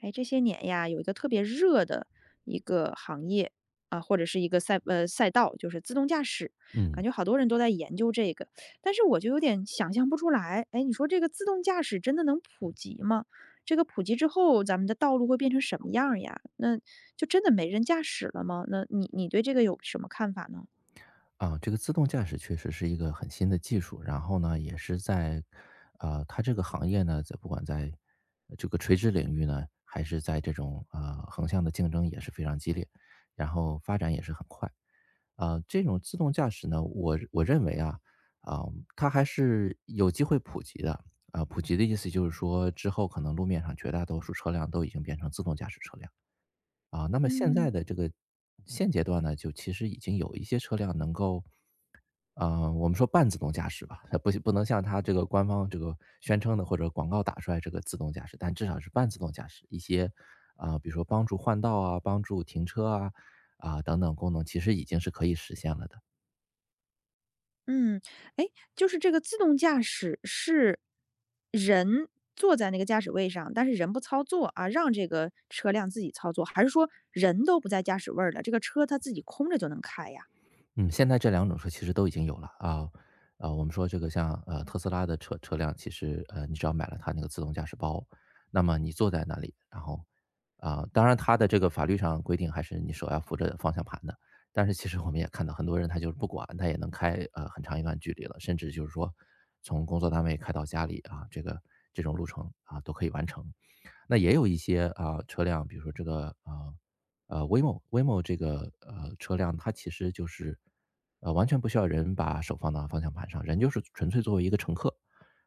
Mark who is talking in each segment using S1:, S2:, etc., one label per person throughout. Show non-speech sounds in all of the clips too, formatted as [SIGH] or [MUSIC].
S1: 哎，这些年呀，有一个特别热的一个行业啊，或者是一个赛道，就是自动驾驶，感
S2: 嗯，
S1: 觉好多人都在研究这个，但是我就有点想象不出来。哎，你说这个自动驾驶真的能普及吗？这个普及之后，咱们的道路会变成什么样儿呀？那就真的没人驾驶了吗？那你对这个有什么看法呢？
S2: 啊，这个自动驾驶确实是一个很新的技术，然后呢，也是在，它这个行业呢，在不管在这个垂直领域呢，还是在这种横向的竞争也是非常激烈，然后发展也是很快。啊、这种自动驾驶呢，我认为啊，啊、它还是有机会普及的。啊、普及的意思就是说，之后可能路面上绝大多数车辆都已经变成自动驾驶车辆。啊，那么现
S1: 嗯
S2: 在的这个现阶段呢，就其实已经有一些车辆能够，我们说半自动驾驶吧，它不能像它这个官方这个宣称的或者广告打出来这个自动驾驶，但至少是半自动驾驶。一些啊、比如说帮助换道啊、帮助停车啊啊、等等功能，其实已经是可以实现了的。
S1: 嗯，哎，就是这个自动驾驶是人坐在那个驾驶位上，但是人不操作啊，让这个车辆自己操作，还是说人都不在驾驶位儿了，这个车它自己空着就能开呀？
S2: 嗯，现在这两种车其实都已经有了啊，啊，我们说这个像特斯拉的车辆，其实你只要买了它那个自动驾驶包，那么你坐在那里，然后啊，当然它的这个法律上规定还是你手要扶着方向盘的，但是其实我们也看到很多人他就是不管，他也能开很长一段距离了，甚至就是说从工作单位开到家里啊，这个这种路程啊都可以完成。那也有一些啊、车辆，比如说这个啊、Waymo w a y o 这个车辆，它其实就是完全不需要人把手放到方向盘上，人就是纯粹作为一个乘客。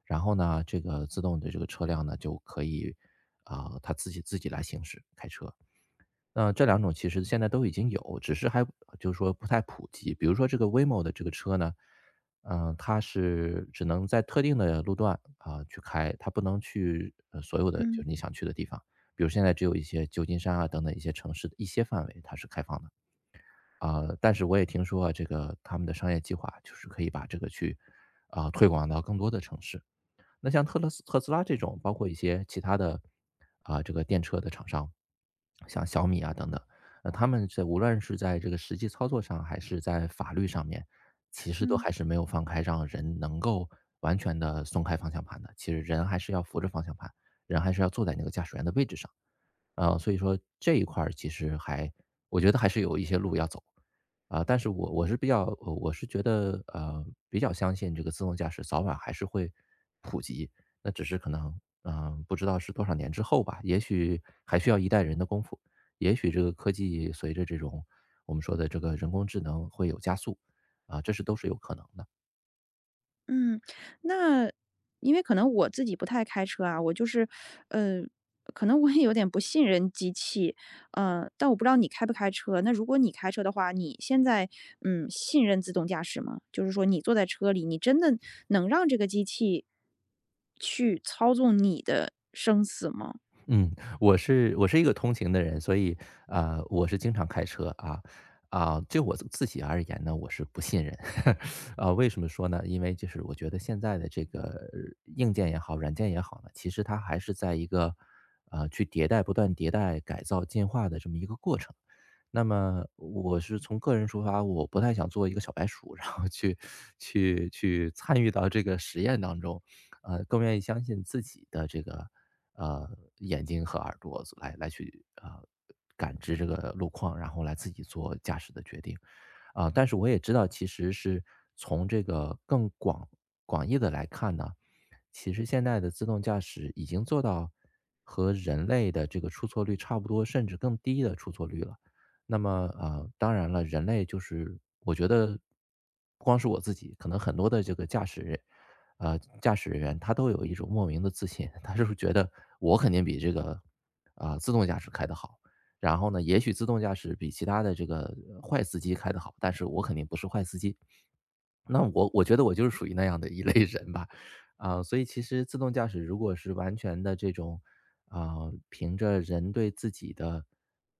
S2: 然后呢，这个自动的这个车辆呢就可以啊、它自己来行驶开车。那这两种其实现在都已经有，只是还就是说不太普及。比如说这个 Waymo 的这个车呢，嗯，它是只能在特定的路段啊，去开，它不能去，所有的就
S1: 嗯
S2: 是你想去的地方。比如现在只有一些旧金山啊等等一些城市的一些范围它是开放的。啊，但是我也听说啊，这个他们的商业计划就是可以把这个去，啊，推广到更多的城市。那像特斯拉这种，包括一些其他的啊、这个电车的厂商，像小米啊等等，他们在无论是在这个实际操作上，还是在法律上面，其实都
S1: 嗯。
S2: 还是没有放开让人能够完全的松开方向盘的。其实人还是要扶着方向盘，人还是要坐在那个驾驶员的位置上。啊，所以说这一块儿其实还我觉得还是有一些路要走。啊，但是我是比较我是觉得，比较相信这个自动驾驶早晚还是会普及，那只是可能，嗯，不知道是多少年之后吧，也许还需要一代人的功夫。也许这个科技随着这种我们说的这个人工智能会有加速，啊，这是都是有可能的。
S1: 嗯，那因为可能我自己不太开车啊，我就是，呃，可能我也有点不信任机器，但我不知道你开不开车。那如果你开车的话，你现在嗯信任自动驾驶吗？就是说你坐在车里，你真的能让这个机器去操纵你的生死吗？
S2: 嗯，我是一个通勤的人，所以啊，我是经常开车啊啊。就我自己而言呢，我是不信任 [LAUGHS] 啊。为什么说呢？因为就是我觉得现在的这个硬件也好，软件也好呢，其实它还是在一个去迭代、不断迭代、改造、进化的这么一个过程。那么我是从个人出发，我不太想做一个小白鼠，然后去参与到这个实验当中，更愿意相信自己的这个呃眼睛和耳朵来去感知这个路况，然后来自己做驾驶的决定啊、但是我也知道，其实是从这个更广义的来看呢，其实现在的自动驾驶已经做到和人类的这个出错率差不多，甚至更低的出错率了。那么，当然了，人类就是我觉得不光是我自己，可能很多的这个驾驶人，驾驶人员他都有一种莫名的自信，[LAUGHS] 他就是觉得我肯定比这个啊、自动驾驶开得好。然后呢，也许自动驾驶比其他的这个坏司机开得好，但是我肯定不是坏司机。那我觉得我就是属于那样的一类人吧，啊、所以其实自动驾驶如果是完全的这种，啊、凭着人对自己的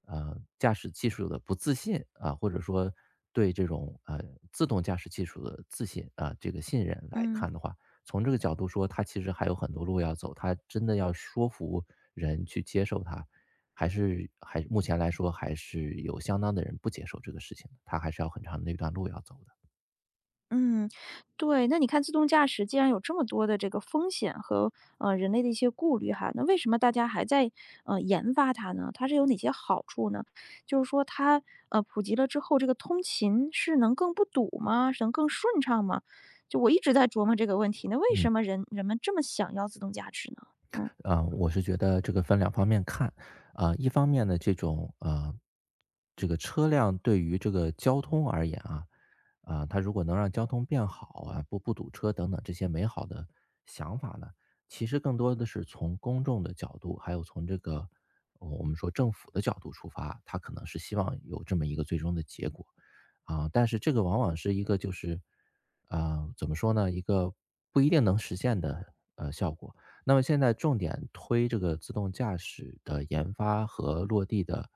S2: 驾驶技术的不自信啊、或者说对这种自动驾驶技术的自信啊、这个信任来
S1: 嗯
S2: 看的话，从这个角度说，它其实还有很多路要走，它真的要说服人去接受它，还是还目前来说还是有相当的人不接受这个事情的，它还是要很长的一段路要走的。
S1: 嗯，对，那你看自动驾驶既然有这么多的这个风险和人类的一些顾虑哈，那为什么大家还在研发它呢？它是有哪些好处呢？就是说它普及了之后，这个通勤是能更不堵吗？是能更顺畅吗？就我一直在琢磨这个问题，那为什
S2: 嗯。
S1: 么人们这么想要自动驾驶呢？嗯
S2: 啊，我是觉得这个分两方面看，啊、一方面呢，这种这个车辆对于这个交通而言啊，啊、它如果能让交通变好啊，不堵车等等这些美好的想法呢，其实更多的是从公众的角度，还有从这个我们说政府的角度出发，它可能是希望有这么一个最终的结果。啊，但是这个往往是一个就是，啊、怎么说呢，一个不一定能实现的效果。那么现在重点推这个自动驾驶的研发和落地的，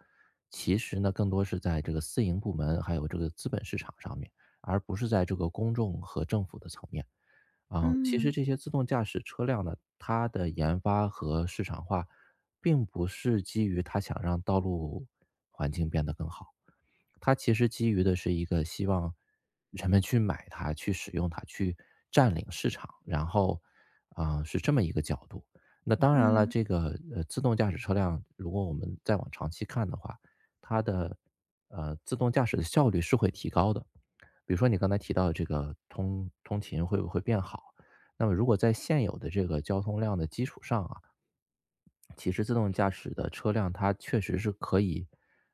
S2: 其实呢，更多是在这个私营部门还有这个资本市场上面，而不是在这个公众和政府的层面。啊，其实
S1: 嗯
S2: 这些自动驾驶车辆呢，它的研发和市场化，并不是基于它想让道路环境变得更好，它其实基于的是一个希望人们去买它、去使用它、去占领市场，然后，啊，是这么一个角度。那当然了，
S1: 嗯
S2: 这个，自动驾驶车辆，如果我们再往长期看的话，它的，自动驾驶的效率是会提高的。比如说你刚才提到的这个通勤会不会变好，那么如果在现有的这个交通量的基础上啊，其实自动驾驶的车辆，它确实是可以，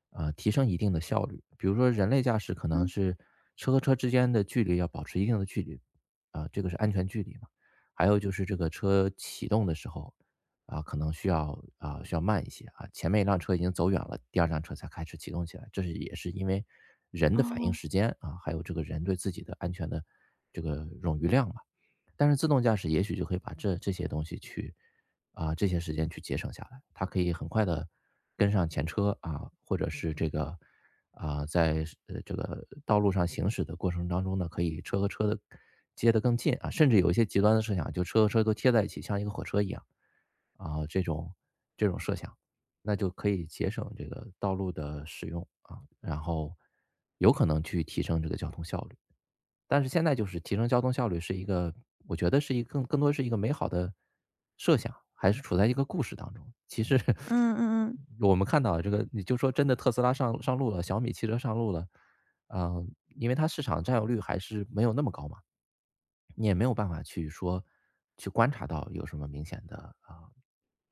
S2: 提升一定的效率。比如说人类驾驶可能
S1: 嗯，
S2: 是车和车之间的距离要保持一定的距离，啊、这个是安全距离嘛。还有就是这个车启动的时候，啊、可能需要啊、需要慢一些啊，前面一辆车已经走远了，第二辆车才开始启动起来，这是也是因为人的反应
S1: 哦，
S2: 时间啊，还有这个人对自己的安全的这个冗余量吧。但是自动驾驶也许就可以把这些东西去啊，这些时间去节省下来，它可以很快的跟上前车啊，或者是这个啊，在这个道路上行驶的过程当中呢，可以车和车的接得更近啊，甚至有一些极端的设想，就车和车都贴在一起，像一个火车一样，啊，这种这种设想，那就可以节省这个道路的使用啊，然后有可能去提升这个交通效率。但是现在就是提升交通效率是一个我觉得是一个更多是一个美好的设想，还是处在一个故事当中。其实
S1: 嗯嗯嗯。
S2: [LAUGHS] 我们看到这个，你就说真的特斯拉上路了，小米汽车上路了。啊，因为它市场占有率还是没有那么高嘛，你也没有办法去说去观察到有什么明显的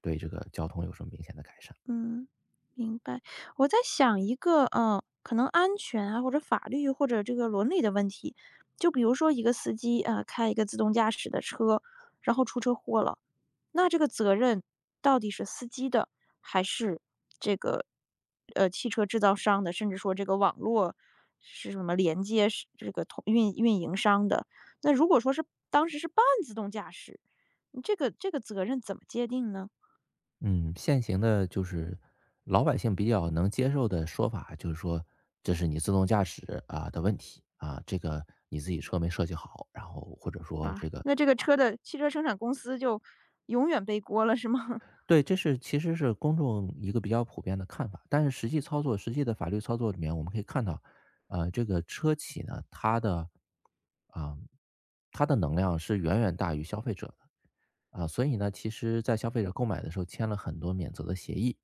S2: 对这个交通有什么明显的改善。
S1: 嗯，明白。我在想一个，嗯，可能安全啊，或者法律或者这个伦理的问题。就比如说一个司机啊，开一个自动驾驶的车，然后出车祸了，那这个责任到底是司机的，还是这个汽车制造商的，甚至说这个网络是什么连接是这个同运营商的？那如果说是当时是半自动驾驶，你这个责任怎么界定呢？
S2: 嗯，现行的就是老百姓比较能接受的说法，就是说这是你自动驾驶啊的问题啊，这个你自己车没设计好，然后或者说这个
S1: 那这个车的汽车生产公司就永远背锅了是吗？[LAUGHS]
S2: 对，这是其实是公众一个比较普遍的看法。但是实际操作、实际的法律操作里面，我们可以看到，这个车企呢，啊、它的能量是远远大于消费者的啊，所以呢，其实在消费者购买的时候签了很多免责的协议，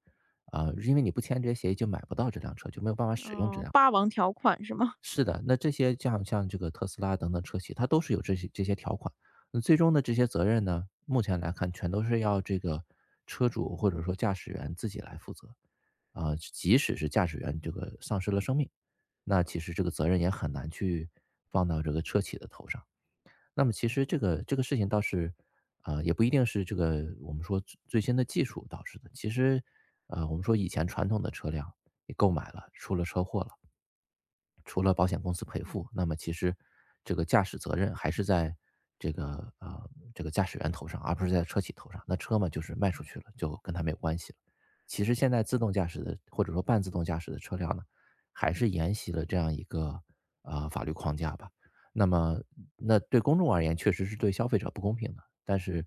S2: 啊，因为你不签这些协议就买不到这辆车，就没有办法使用
S1: 哦，
S2: 这辆。
S1: 霸王条款是吗？
S2: 是的，那这些像这个特斯拉等等车企，它都是有这些条款。那最终的这些责任呢，目前来看全都是要这个车主或者说驾驶员自己来负责。啊，即使是驾驶员这个丧失了生命，那其实这个责任也很难去放到这个车企的头上。那么其实这个事情倒是，也不一定是这个我们说最新的技术导致的。其实，我们说以前传统的车辆你购买了，出了车祸了，除了保险公司赔付，那么其实这个驾驶责任还是在这个这个驾驶员头上，而不是在车企头上。那车嘛，就是卖出去了，就跟他没有关系了。其实现在自动驾驶的或者说半自动驾驶的车辆呢，还是沿袭了这样一个法律框架吧。那么，那对公众而言，确实是对消费者不公平的。但是，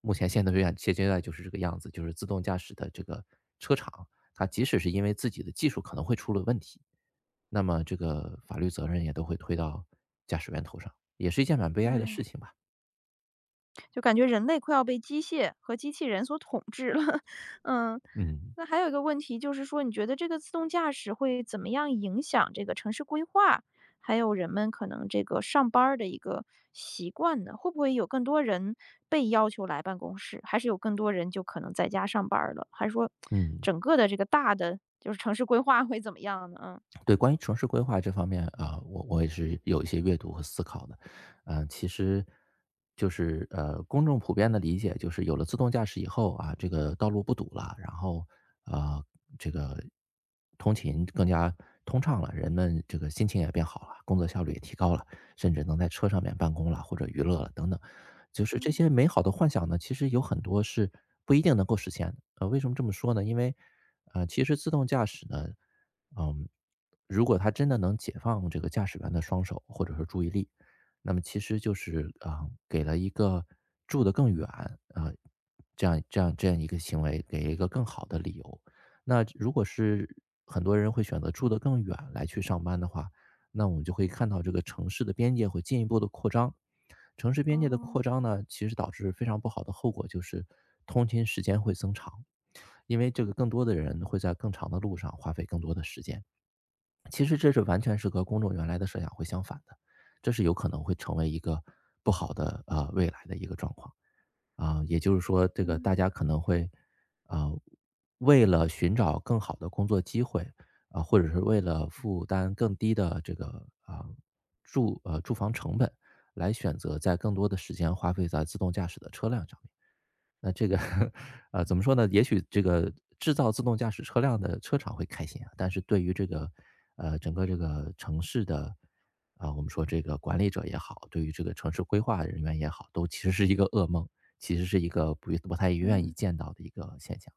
S2: 目前现在这样现阶段就是这个样子，就是自动驾驶的这个车厂，它即使是因为自己的技术可能会出了问题，那么这个法律责任也都会推到驾驶员头上，也是一件蛮悲哀的事
S1: 哎，
S2: 情吧。
S1: 就感觉人类快要被机械和机器人所统治了。[LAUGHS] 嗯，
S2: 嗯
S1: 那还有一个问题就是说，你觉得这个自动驾驶会怎么样影响这个城市规划，还有人们可能这个上班儿的一个习惯呢？会不会有更多人被要求来办公室，还是有更多人就可能在家上班儿了？还是说
S2: 嗯。
S1: 整个的这个大的就是城市规划会怎么样呢？嗯。
S2: 对，关于城市规划这方面啊，我也是有一些阅读和思考的。嗯，其实就是公众普遍的理解就是有了自动驾驶以后啊，这个道路不堵了，然后啊，呃这个通勤更加通畅了，人们这个心情也变好了，工作效率也提高了，甚至能在车上面办公了或者娱乐了等等。就是这
S1: 嗯，
S2: 些美好的幻想呢，其实有很多是不一定能够实现的。呃，为什么这么说呢？因为其实自动驾驶呢。嗯，如果他真的能解放这个驾驶员的双手或者是注意力，那么其实就是啊、给了一个住得更远啊、这样一个行为，给一个更好的理由。那如果是很多人会选择住得更远来去上班的话，那我们就会看到这个城市的边界会进一步的扩张。城市边界的扩
S1: 哦，
S2: 张呢，其实导致非常不好的后果，就是通勤时间会增长，因为这个更多的人会在更长的路上花费更多的时间。其实这是完全是和公众原来的设想会相反的，这是有可能会成为一个不好的未来的一个状况啊、也就是说，这个
S1: 嗯，
S2: 大家可能会啊呃为了寻找更好的工作机会啊、或者是为了负担更低的这个啊、住房成本，来选择在更多的时间花费在自动驾驶的车辆上面。那这个，[LAUGHS] 怎么说呢？也许这个制造自动驾驶车辆的车厂会开心啊，但是对于这个，整个这个城市的，啊、我们说这个管理者也好，对于这个城市规划人员也好，都其实是一个噩梦，其实是一个不太愿意
S1: 嗯。
S2: 见到的一个现象。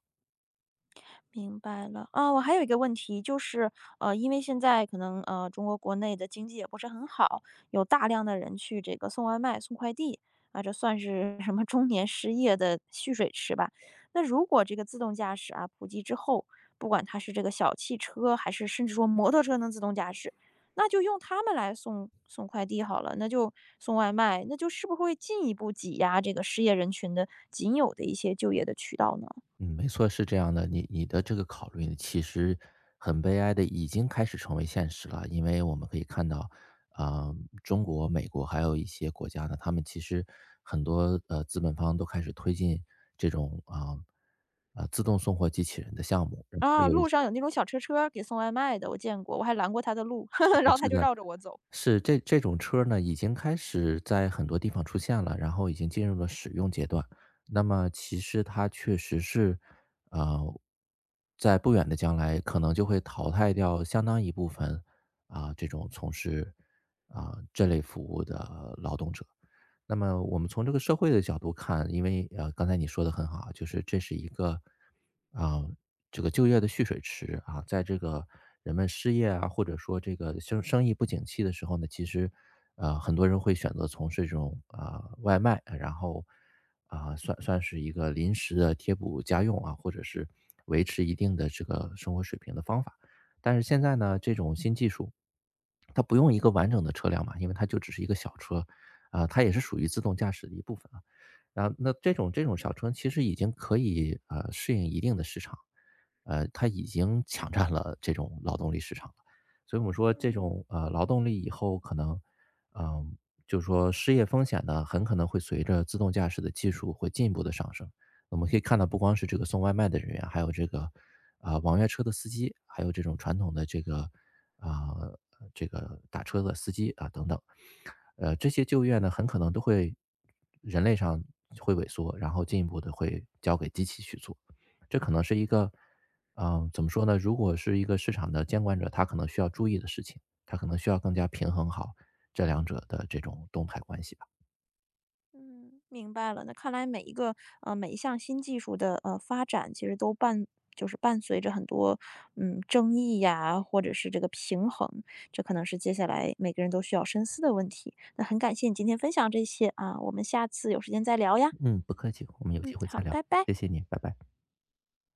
S1: 明白了。啊，我还有一个问题，就是，因为现在可能，中国国内的经济也不是很好，有大量的人去这个送外卖、送快递，啊，这算是什么中年失业的蓄水池吧？那如果这个自动驾驶啊普及之后，不管它是这个小汽车，还是甚至说摩托车能自动驾驶，那就用它们来送快递好了，那就送外卖，那就是不是会进一步挤压这个失业人群的仅有的一些就业的渠道呢？
S2: 嗯，没错，是这样的。你的这个考虑其实很悲哀的，已经开始成为现实了。因为我们可以看到，啊、中国、美国还有一些国家呢，他们其实很多资本方都开始推进这种自动送货机器人的项目，然后
S1: 啊，
S2: 有一
S1: 路
S2: 些
S1: 上有那种小车车给送外卖的，我见过，我还拦过他的路，[LAUGHS] 然后他
S2: 是
S1: 就
S2: 的
S1: 绕着我走。
S2: 是，这种车呢，已经开始在很多地方出现了，然后已经进入了使用阶段。那么其实它确实是，呃，在不远的将来可能就会淘汰掉相当一部分啊、这种从事啊、这类服务的劳动者。那么我们从这个社会的角度看，因为刚才你说的很好，就是这是一个啊、这个就业的蓄水池啊，在这个人们失业啊，或者说这个生意不景气的时候呢，其实很多人会选择从事这种啊、外卖，然后啊、算是一个临时的贴补家用啊，或者是维持一定的这个生活水平的方法。但是现在呢，这种新技术，它不用一个完整的车辆嘛，因为它就只是一个小车，啊、它也是属于自动驾驶的一部分啊。然后那这种小车其实已经可以适应一定的市场，它已经抢占了这种劳动力市场了。所以我们说这
S1: 嗯
S2: 种劳动力以后可能，嗯、就是说失业风险呢，很可能会随着自动驾驶的技术会进一步的上升。我们可以看到，不光是这个送外卖的人员，还有这个啊、网约车的司机，还有这种传统的这个啊、呃这个打车的司机啊等等，这些就业呢，很可能都会人类上会萎缩，然后进一步的会交给机器去做。这可能是一个，嗯、怎么说呢？如果是一个市场的监管者，他可能需要注意的事情，他可能需要更加平衡好这两者的这种动态关系吧。
S1: 嗯。明白了，那看来每一个每一项新技术的，发展其实都伴就是伴随着很多，嗯，争议呀，或者是这个平衡，这可能是接下来每个人都需要深思的问题。那很感谢你今天分享这些啊，我们下次有时间再聊呀。
S2: 嗯，不客气，我们有
S1: 嗯，
S2: 机会
S1: 好，
S2: 再聊，
S1: 拜拜。
S2: 谢谢你，拜拜。